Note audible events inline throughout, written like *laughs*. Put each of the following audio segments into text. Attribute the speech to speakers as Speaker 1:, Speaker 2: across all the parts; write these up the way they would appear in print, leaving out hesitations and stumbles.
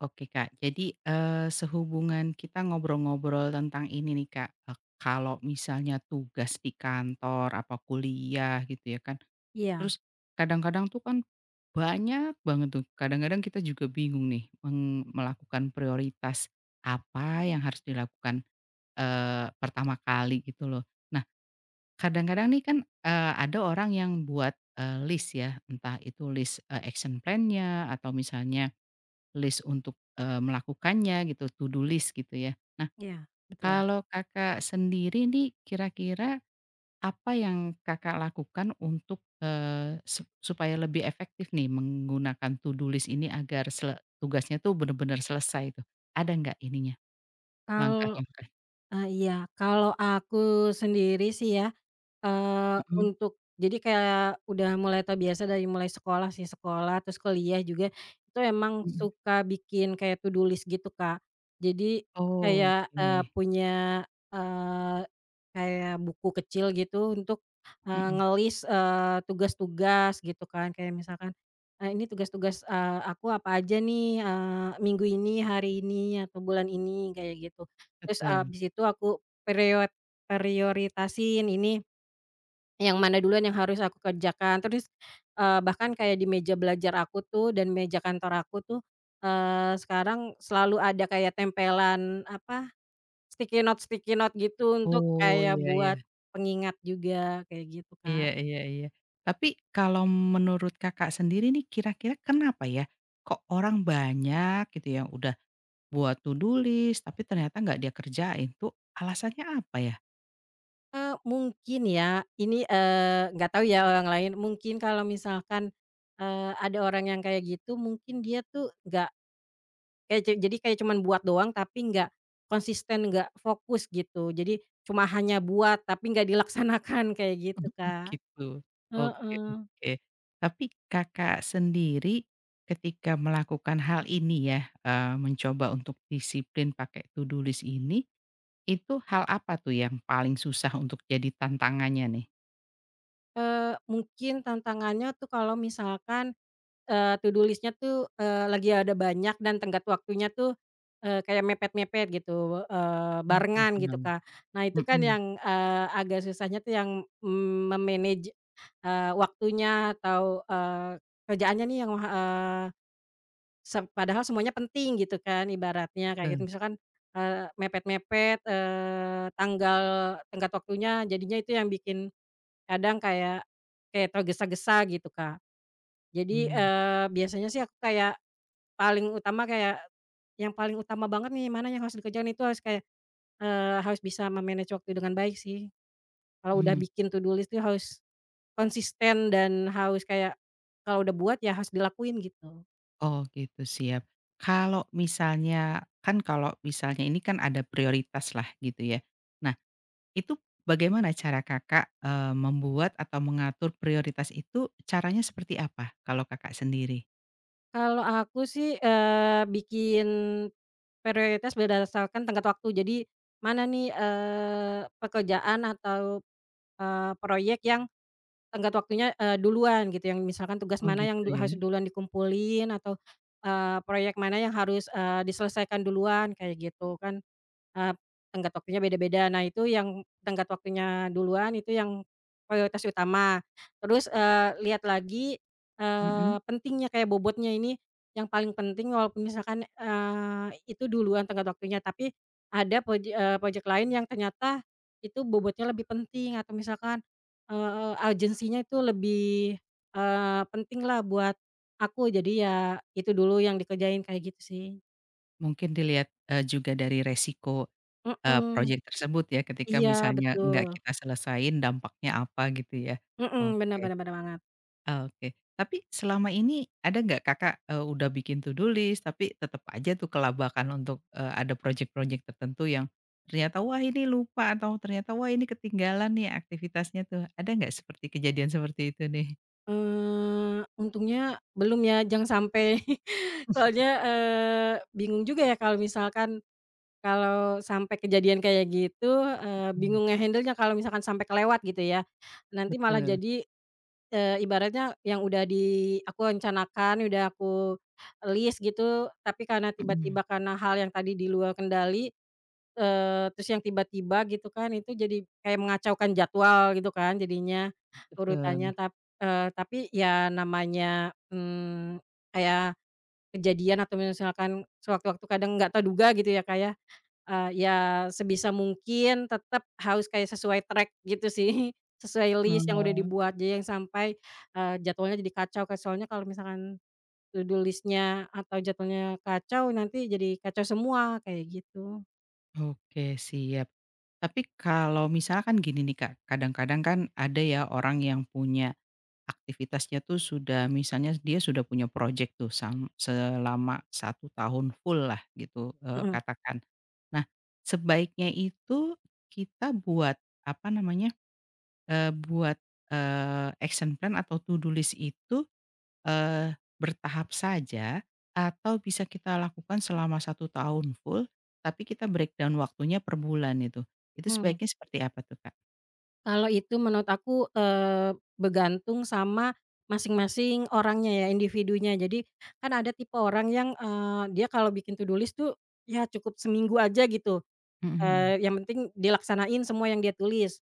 Speaker 1: Oke Kak, jadi, sehubungan kita ngobrol-ngobrol tentang ini nih Kak, kalau misalnya tugas di kantor, apa kuliah gitu ya kan,
Speaker 2: Iya
Speaker 1: terus kadang-kadang tuh kan banyak banget tuh, kadang-kadang kita juga bingung nih melakukan prioritas apa yang harus dilakukan, pertama kali gitu loh. Nah, kadang-kadang nih kan, ada orang yang buat, list ya, entah itu list, action plan-nya atau misalnya list untuk, melakukannya gitu, to do list gitu ya. Nah,
Speaker 2: iya, betul.
Speaker 1: kalau Kakak sendiri nih kira-kira apa yang Kakak lakukan untuk, supaya lebih efektif nih menggunakan to do list ini agar tugasnya tuh benar-benar selesai tuh, ada nggak ininya
Speaker 2: Kalau
Speaker 1: langkah-langkah?
Speaker 2: eee, iya, kalau aku sendiri sih ya, Eee,
Speaker 1: Mhm
Speaker 2: untuk jadi kayak udah mulai terbiasa dari mulai sekolah sih, sekolah terus kuliah juga, itu emang
Speaker 1: mhm.
Speaker 2: suka bikin kayak to-do list gitu, Kak. Jadi kayak,
Speaker 1: Oke,
Speaker 2: punya, eee, kayak buku kecil gitu untuk,
Speaker 1: mhm,
Speaker 2: ngelis, tugas-tugas gitu kan, kayak misalkan, ini tugas-tugas, aku apa aja nih, minggu ini, hari ini, atau bulan ini, kayak gitu. Terus
Speaker 1: betul.
Speaker 2: abis itu aku prioritasin ini yang mana duluan yang harus aku kerjakan, terus, bahkan kayak di meja belajar aku tuh dan meja kantor aku tuh, sekarang selalu ada kayak tempelan apa, sticky note-sticky note gitu untuk
Speaker 1: Oh,
Speaker 2: kayak
Speaker 1: iya
Speaker 2: buat
Speaker 1: iya.
Speaker 2: pengingat juga, kayak gitu,
Speaker 1: Iya
Speaker 2: Kak.
Speaker 1: iya iya. Tapi kalau menurut Kakak sendiri nih kira-kira kenapa ya, kok orang banyak gitu yang udah buat to do list tapi ternyata nggak dia kerjain tuh alasannya apa ya?
Speaker 2: Mungkin ya, ini, nggak tahu ya orang lain, mungkin kalau misalkan, ada orang yang kayak gitu mungkin dia tuh nggak. Kayak je jadi kayak cuman buat doang tapi nggak konsisten, nggak fokus gitu. Jadi cuma hanya buat tapi nggak dilaksanakan kayak gitu,
Speaker 1: *laughs* Oh
Speaker 2: Kak.
Speaker 1: gitu, oke
Speaker 2: Heeh.
Speaker 1: oke. Tapi Kakak sendiri ketika melakukan hal ini ya, mencoba untuk disiplin pakai to do list ini, itu hal apa tuh yang paling susah untuk jadi tantangannya nih?
Speaker 2: Mungkin tantangannya tuh kalau misalkan, to do list-nya tuh, lagi ada banyak dan tenggat waktunya tuh, kayak mepet-mepet gitu,
Speaker 1: Mmm.
Speaker 2: barengan gitu,
Speaker 1: Paham,
Speaker 2: Kak. Nah itu kan
Speaker 1: mhm,
Speaker 2: yang, agak susahnya tuh yang, me-manage, eh, waktunya atau, kerjaannya nih yang, eh, padahal semuanya penting gitu kan ibaratnya kayak gitu
Speaker 1: betul,
Speaker 2: misalkan, mepet-mepet, tenggat waktunya jadinya itu yang bikin kadang kayak kayak tergesa-gesa gitu, Kak. Jadi,
Speaker 1: mmm,
Speaker 2: biasanya sih aku kayak paling utama kayak yang paling utama banget nih mana yang harus dikerjain itu harus kayak, harus bisa memanage waktu dengan baik sih. Kalau udah
Speaker 1: mhm.
Speaker 2: bikin to do list tuh harus konsisten dan harus kayak kalau udah buat ya harus dilakuin gitu.
Speaker 1: Oh gitu, siap. Kalau misalnya, kan kalau misalnya ini kan ada prioritas lah gitu ya. Nah itu bagaimana cara Kakak, membuat atau mengatur prioritas itu caranya seperti apa kalau Kakak sendiri?
Speaker 2: Kalau aku sih, bikin prioritas berdasarkan tenggat waktu. Jadi, mana nih, pekerjaan atau, proyek yang tenggat waktunya, duluan gitu, yang misalkan tugas
Speaker 1: Oh
Speaker 2: mana yang
Speaker 1: gitu
Speaker 2: du
Speaker 1: ya,
Speaker 2: harus duluan dikumpulin atau, proyek mana yang harus, diselesaikan duluan, kayak gitu kan. Eee, tenggat waktunya beda-beda. Nah, itu yang tenggat waktunya duluan itu yang prioritas utama. Terus, lihat lagi,
Speaker 1: mhm.
Speaker 2: pentingnya kayak bobotnya ini yang paling penting walaupun misalkan, itu duluan tenggat waktunya, tapi ada projek lain yang ternyata itu bobotnya lebih penting atau misalkan, urgensinya itu lebih, eh, penting lah buat aku. Jadi ya itu dulu yang dikerjain kayak gitu sih.
Speaker 1: Mungkin dilihat, juga dari resiko,
Speaker 2: Mhm,
Speaker 1: projek tersebut ya ketika
Speaker 2: iya
Speaker 1: misalnya
Speaker 2: betul.
Speaker 1: nggak kita selesain dampaknya apa gitu ya,
Speaker 2: Mhm, bener
Speaker 1: oke.
Speaker 2: bener bener banget.
Speaker 1: Oke, tapi selama ini ada nggak Kakak, udah bikin to do list tapi tetap aja tuh kelabakan untuk, ada project-project tertentu yang ternyata, "Wah ini lupa," atau ternyata, "Wah ini ketinggalan nih aktivitasnya tuh." Ada nggak seperti kejadian seperti itu nih?
Speaker 2: Untungnya belum ya, jangan sampai *laughs* soalnya, bingung juga ya kalau misalkan kalau sampai kejadian kayak gitu,
Speaker 1: Mhm,
Speaker 2: bingung nge-handle-nya kalau misalkan sampai kelewat gitu ya. Nanti malah
Speaker 1: betul,
Speaker 2: jadi, ibaratnya yang udah di aku rencanakan, udah aku list gitu, tapi karena
Speaker 1: mhm,
Speaker 2: tiba-tiba karena hal yang tadi di luar kendali. Terus yang tiba-tiba gitu kan itu jadi kayak mengacaukan jadwal gitu kan jadinya, urutannya
Speaker 1: betul,
Speaker 2: tap tapi ya namanya, kayak kejadian atau misalkan sewaktu-waktu kadang nggak terduga gitu ya Kak ya, ya sebisa mungkin tetap harus kayak sesuai track gitu sih, *laughs* sesuai list yang udah
Speaker 1: mhm.
Speaker 2: dibuat jadi yang sampai, jadwalnya jadi kacau Kak soalnya kalau misalkan to do list-nya atau jadwalnya kacau nanti jadi kacau semua kayak gitu,
Speaker 1: Oke siap. Tapi kalau misalkan gini nih Kak, kadang-kadang kan ada ya orang yang punya aktivitasnya tuh sudah misalnya dia sudah punya project tuh selama satu tahun full lah gitu,
Speaker 2: mhm.
Speaker 1: katakan. Nah, sebaiknya itu kita buat, apa namanya, buat, action plan atau to do list itu, eee, bertahap saja atau bisa kita lakukan selama satu tahun full, tapi kita breakdown waktunya per bulan itu. Itu
Speaker 2: Mmm.
Speaker 1: sebaiknya seperti apa tuh, Kak?
Speaker 2: Kalau itu menurut aku, bergantung sama masing-masing orangnya ya, individunya. Jadi kan ada tipe orang yang, dia kalau bikin to do list tuh ya cukup seminggu aja gitu,
Speaker 1: Mhm mhm.
Speaker 2: yang penting dilaksanain semua yang dia tulis.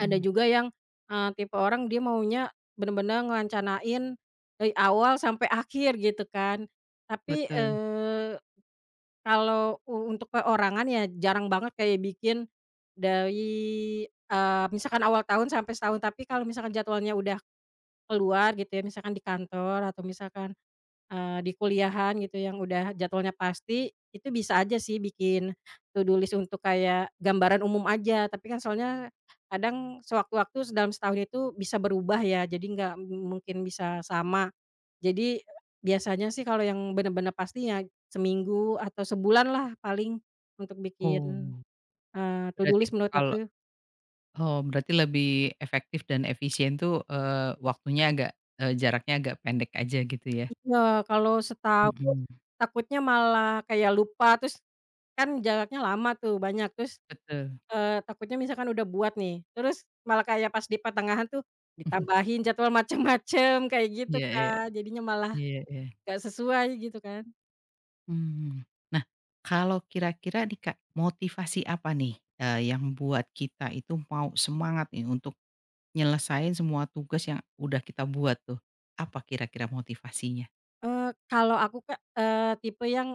Speaker 2: Ada juga yang, tipe orang dia maunya benar-benar ngerencanain dari awal sampai akhir gitu kan. Tapi,
Speaker 1: betul.
Speaker 2: eee kalau untuk perorangan ya jarang banget kayak bikin dari, misalkan awal tahun sampai setahun, tapi kalau misalkan jadwalnya udah keluar gitu ya, misalkan di kantor atau misalkan, di kuliahan gitu yang udah jadwalnya pasti, itu bisa aja sih bikin to do list untuk kayak gambaran umum aja. Tapi kan soalnya kadang sewaktu-waktu dalam setahun itu bisa berubah ya, jadi nggak mungkin bisa sama. Jadi, biasanya sih kalau yang bener-bener pasti ya seminggu atau sebulan lah paling untuk bikin,
Speaker 1: Oh,
Speaker 2: to-do
Speaker 1: berarti
Speaker 2: list menurut
Speaker 1: kalau
Speaker 2: aku
Speaker 1: Oh, berarti lebih efektif dan efisien tuh, waktunya agak jaraknya agak pendek aja gitu ya?
Speaker 2: iya, kalau setahun
Speaker 1: Mhm.
Speaker 2: takutnya malah kayak lupa, terus kan jaraknya lama tuh banyak, terus,
Speaker 1: Betul.
Speaker 2: takutnya misalkan udah buat nih, terus malah kayak pas di pertengahan tuh
Speaker 1: *laughs*
Speaker 2: ditambahin jadwal *laughs* macem-macem kayak gitu,
Speaker 1: Iya iya
Speaker 2: Kak, jadinya malah
Speaker 1: iya iya.
Speaker 2: nggak sesuai gitu kan.
Speaker 1: Mmm. Nah, kalau kira-kira nih Kak, motivasi apa nih, yang buat kita itu mau semangat nih untuk nyelesain semua tugas yang udah kita buat tuh? Apa kira-kira motivasinya?
Speaker 2: Kalau aku Kak, tipe yang,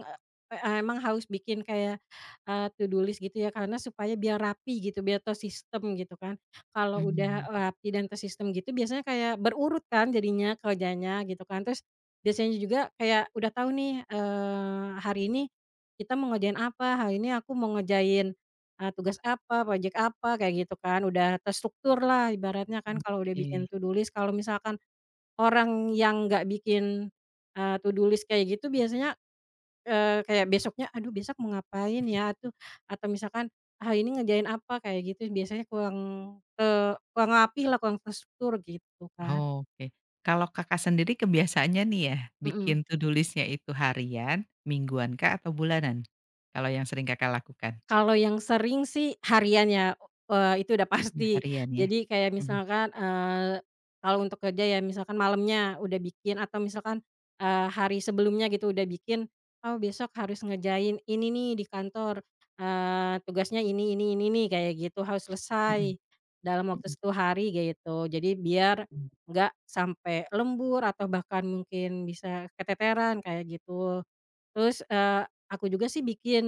Speaker 2: emang harus bikin kayak, to do list gitu ya karena supaya biar rapi gitu, biar tersistem gitu kan. Kalau udah
Speaker 1: Mmm,
Speaker 2: rapi dan tersistem gitu biasanya kayak berurut kan jadinya kerjanya gitu kan. Terus biasanya juga kayak udah tahu nih, hari ini kita mau ngerjain apa, hari ini aku mau ngerjain, tugas apa, projek apa, kayak gitu kan. Udah terstruktur lah ibaratnya kan kalau udah
Speaker 1: oke.
Speaker 2: bikin to do list. Kalau misalkan orang yang nggak bikin, to do list kayak gitu biasanya, kayak besoknya, "Aduh besok mau ngapain ya?" atau misalkan, "Ah ini ngejain apa?" Kayak gitu biasanya kurang, kurang rapi lah kurang terstruktur gitu kan,
Speaker 1: Oke. Kalau Kakak sendiri kebiasaannya nih ya,
Speaker 2: mhm.
Speaker 1: bikin to do list-nya itu harian, mingguan kah, atau bulanan? Kalau yang sering Kakak lakukan?
Speaker 2: Kalau yang sering sih harian ya, itu udah
Speaker 1: Mmm,
Speaker 2: pasti.
Speaker 1: harian ya?
Speaker 2: Jadi kayak
Speaker 1: Mhm
Speaker 2: misalkan, kalau untuk kerja ya misalkan malamnya udah bikin atau misalkan, hari sebelumnya gitu udah bikin, "Oh besok harus ngerjain ini nih di kantor, tugasnya ini nih," kayak gitu, harus
Speaker 1: mhm
Speaker 2: selesai dalam waktu
Speaker 1: mhm
Speaker 2: satu hari gitu. Jadi biar
Speaker 1: mhm
Speaker 2: nggak sampai lembur atau bahkan mungkin bisa keteteran kayak gitu. Terus, eee Aku juga sih bikin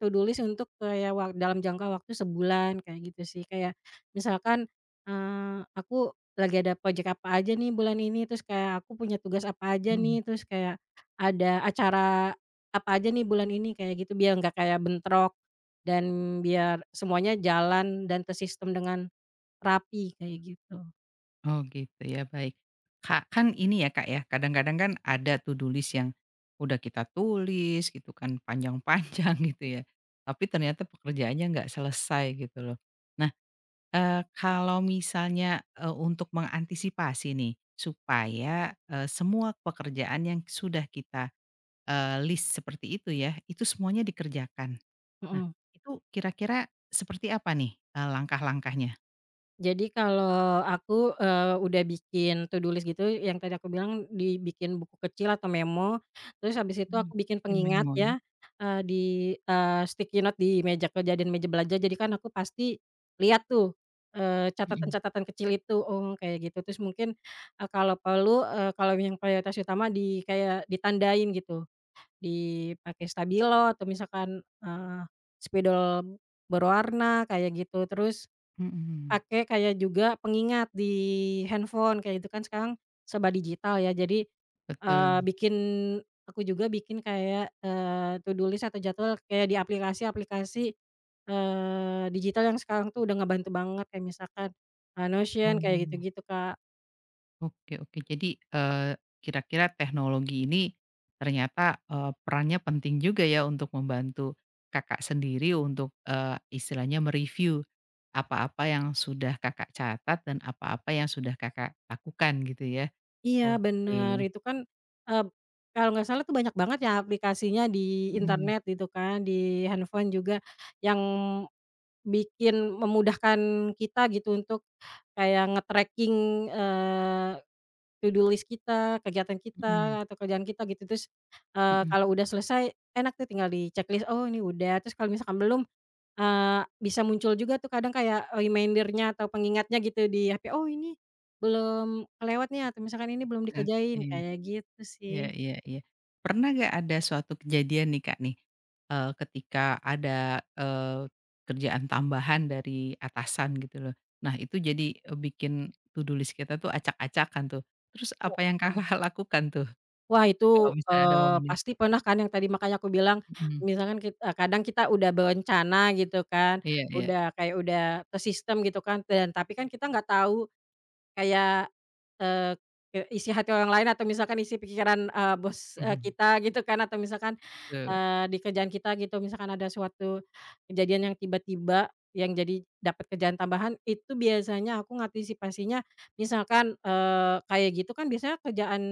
Speaker 2: to do list untuk kayak dalam jangka waktu sebulan kayak gitu sih. Kayak misalkan, aku lagi ada project apa aja nih bulan ini, terus kayak aku punya tugas apa aja
Speaker 1: mhm.
Speaker 2: nih, terus kayak ada acara apa aja nih bulan ini kayak gitu, biar nggak kayak bentrok dan biar semuanya jalan dan tersistem dengan rapi kayak gitu,
Speaker 1: Oh gitu ya, baik. Kak, kan ini ya Kak ya, kadang-kadang kan ada to do list yang udah kita tulis gitu kan, panjang-panjang *laughs* gitu ya, tapi ternyata pekerjaannya nggak selesai gitu loh. Nah, kalau misalnya, untuk mengantisipasi nih, supaya, semua pekerjaan yang sudah kita, list seperti itu ya, itu semuanya dikerjakan. Nah,
Speaker 2: mhm.
Speaker 1: itu kira-kira seperti apa nih, langkah-langkahnya?
Speaker 2: Jadi kalau aku, udah bikin to do list gitu yang tadi aku bilang dibikin buku kecil atau memo, terus habis itu
Speaker 1: Mmm,
Speaker 2: aku bikin
Speaker 1: bikin
Speaker 2: pengingat
Speaker 1: memo ya?
Speaker 2: ya, di, sticky note di meja kerja dan meja belajar jadi kan aku pasti lihat tuh,
Speaker 1: Mhm
Speaker 2: catatan-catatan kecil itu, oh kayak gitu terus mungkin, kalau perlu, kalau yang prioritas utama di kayak ditandain gitu, dipakai stabilo atau misalkan, spidol berwarna kayak gitu terus,
Speaker 1: mhm,
Speaker 2: pakai kayak juga pengingat di handphone kayak itu kan sekarang serba digital ya jadi, eee,
Speaker 1: betul.
Speaker 2: bikin aku juga bikin kayak, to do list atau jadwal kayak di aplikasi-aplikasi, digital yang sekarang tuh udah ngebantu banget kayak misalkan, Notion kayak
Speaker 1: Oh.
Speaker 2: gitu-gitu, Kak.
Speaker 1: Oke oke. Jadi, eee, kira-kira teknologi ini ternyata, perannya penting juga ya untuk membantu Kakak sendiri untuk, istilahnya mereview apa-apa yang sudah Kakak catat dan apa-apa yang sudah Kakak lakukan gitu ya?
Speaker 2: Iya bener
Speaker 1: Oke.
Speaker 2: itu kan, eee, kalau nggak salah tuh banyak banget ya aplikasinya di
Speaker 1: Mhm
Speaker 2: internet gitu kan di handphone juga yang bikin memudahkan kita gitu untuk kayak nge-tracking, eee, to do list kita, kegiatan
Speaker 1: mhm
Speaker 2: kita, atau kerjaan kita gitu. Terus,
Speaker 1: mhm,
Speaker 2: kalau udah selesai enak tuh tinggal di-checklist, "Oh ini udah." Terus kalau misalkan belum, bisa muncul juga tuh kadang kayak reminder-nya atau pengingatnya gitu di HP, "Oh ini belum kelewat nih," atau misalkan, "Ini belum
Speaker 1: oke.
Speaker 2: dikerjain." Kayak gitu
Speaker 1: Iya
Speaker 2: sih.
Speaker 1: iya iya. Pernah gak ada suatu kejadian nih Kak, nih, ketika ada, eee, kerjaan tambahan dari atasan gitu loh. Nah itu jadi, bikin to do list kita tuh acak-acakan tuh. Terus apa
Speaker 2: O
Speaker 1: yang Kakak *laughs* lakukan tuh
Speaker 2: Wah
Speaker 1: kalau
Speaker 2: itu,
Speaker 1: misalnya ada momen itu?
Speaker 2: pasti pernah kan yang tadi makanya aku bilang,
Speaker 1: Mhm,
Speaker 2: misalkan kadang kita udah berencana gitu kan,
Speaker 1: iya iya,
Speaker 2: udah kayak udah tersistem gitu kan, dan tapi kan kita nggak tahu kayak, eee, ke isi hati orang lain atau misalkan isi pikiran, bos,
Speaker 1: mhm,
Speaker 2: kita gitu kan atau misalkan,
Speaker 1: betul
Speaker 2: di kerjaan kita gitu misalkan ada suatu kejadian yang tiba-tiba yang jadi dapat kerjaan tambahan itu biasanya aku ngantisipasinya misalkan, kayak gitu kan biasanya kerjaan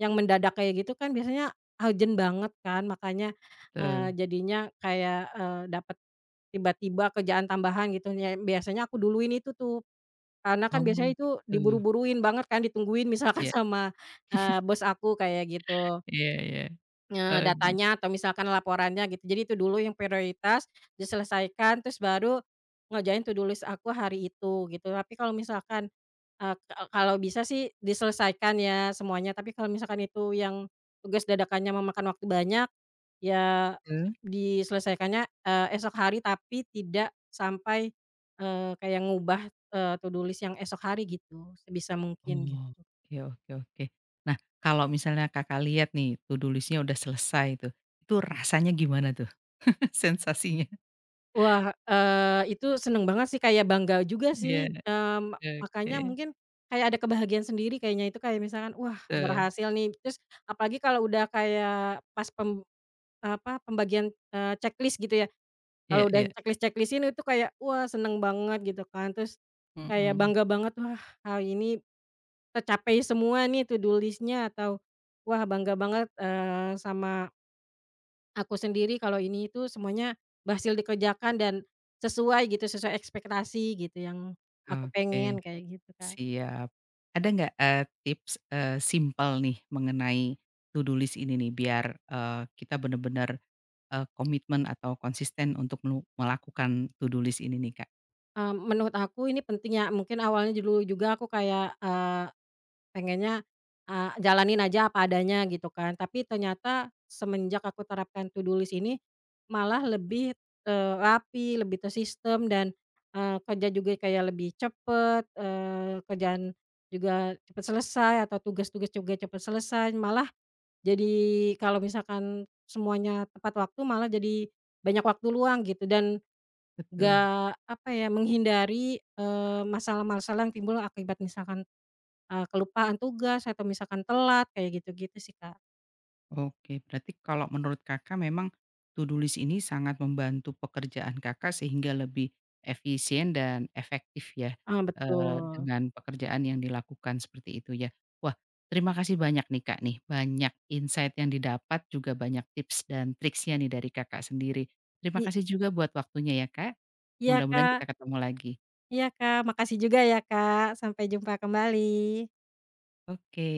Speaker 2: yang mendadak kayak gitu kan biasanya urgent banget kan makanya,
Speaker 1: betul.
Speaker 2: jadinya kayak, dapat tiba-tiba kerjaan tambahan gitu ya biasanya aku duluin itu tuh karena kan
Speaker 1: Oh
Speaker 2: biasanya itu
Speaker 1: gitu.
Speaker 2: diburu-buruin banget kan, ditungguin misalkan
Speaker 1: Iya
Speaker 2: *laughs* sama, bos aku kayak gitu,
Speaker 1: iya iya. Oh
Speaker 2: datanya atau misalkan laporannya gitu. Jadi itu dulu yang prioritas diselesaikan, terus baru ngerjain to do list aku hari itu gitu. Tapi kalau misalkan, eee, ka kalau bisa sih diselesaikan ya semuanya, tapi kalau misalkan itu yang tugas dadakannya memakan waktu banyak ya,
Speaker 1: gitu.
Speaker 2: diselesaikannya, esok hari tapi tidak sampai, kayak ngubah, to do list yang esok hari gitu, sebisa mungkin
Speaker 1: Oh,
Speaker 2: gitu.
Speaker 1: oke oke oke. Nah, kalau misalnya Kakak lihat nih, to do list-nya udah selesai itu rasanya gimana tuh *laughs* sensasinya?
Speaker 2: Wah, itu seneng banget sih kayak bangga juga
Speaker 1: Iya,
Speaker 2: sih, makanya
Speaker 1: oke,
Speaker 2: mungkin kayak ada kebahagiaan sendiri kayaknya itu kayak misalkan, "Wah
Speaker 1: betul.
Speaker 2: berhasil nih." Terus apalagi kalau udah kayak pas pem apa, pembagian, checklist gitu ya,
Speaker 1: Iya
Speaker 2: kalau udah
Speaker 1: iya,
Speaker 2: checklist-checklist-in itu kayak, wah seneng banget gitu kan, terus kayak
Speaker 1: mhm.
Speaker 2: bangga banget, "Wah hal ini tercapai semua nih to do list-nya atau, wah bangga banget, sama aku sendiri kalau ini itu semuanya berhasil dikerjakan dan sesuai gitu, sesuai ekspektasi gitu yang aku
Speaker 1: Oke,
Speaker 2: pengen, kayak gitu, Kak.
Speaker 1: siap. Ada nggak, tips, simpel nih mengenai to do list ini nih biar, kita benar-benar komitmen atau konsisten untuk melakukan to do list ini nih, Kak?
Speaker 2: Mmm, menurut aku ini penting ya, mungkin awalnya dulu juga aku kayak, pengennya, jalanin aja apa adanya gitu kan, tapi ternyata semenjak aku terapkan to do list ini, malah lebih, rapi, lebih tersistem dan, kerja juga kayak lebih cepet, kerjaan juga cepet selesai atau tugas-tugas juga cepet selesai, malah jadi kalau misalkan semuanya tepat waktu malah jadi banyak waktu luang gitu dan
Speaker 1: Betul.
Speaker 2: gak apa ya, menghindari, masalah-masalah yang timbul akibat misalkan kelupaan tugas atau misalkan telat kayak gitu-gitu sih, Kak.
Speaker 1: Oke, berarti kalau menurut Kakak memang to-do list ini sangat membantu pekerjaan Kakak sehingga lebih efisien dan efektif ya,
Speaker 2: Ah betul.
Speaker 1: dengan pekerjaan yang dilakukan seperti itu ya. Wah, terima kasih banyak nih Kak nih, banyak insight yang didapat juga banyak tips dan triksnya nih dari Kakak sendiri. Terima
Speaker 2: I
Speaker 1: kasih juga buat waktunya ya Kak,
Speaker 2: iya,
Speaker 1: mudah-mudahan kita
Speaker 2: Kak.
Speaker 1: ketemu lagi.
Speaker 2: Iya, Kak, makasih juga ya, Kak, sampai jumpa kembali.
Speaker 1: Oke.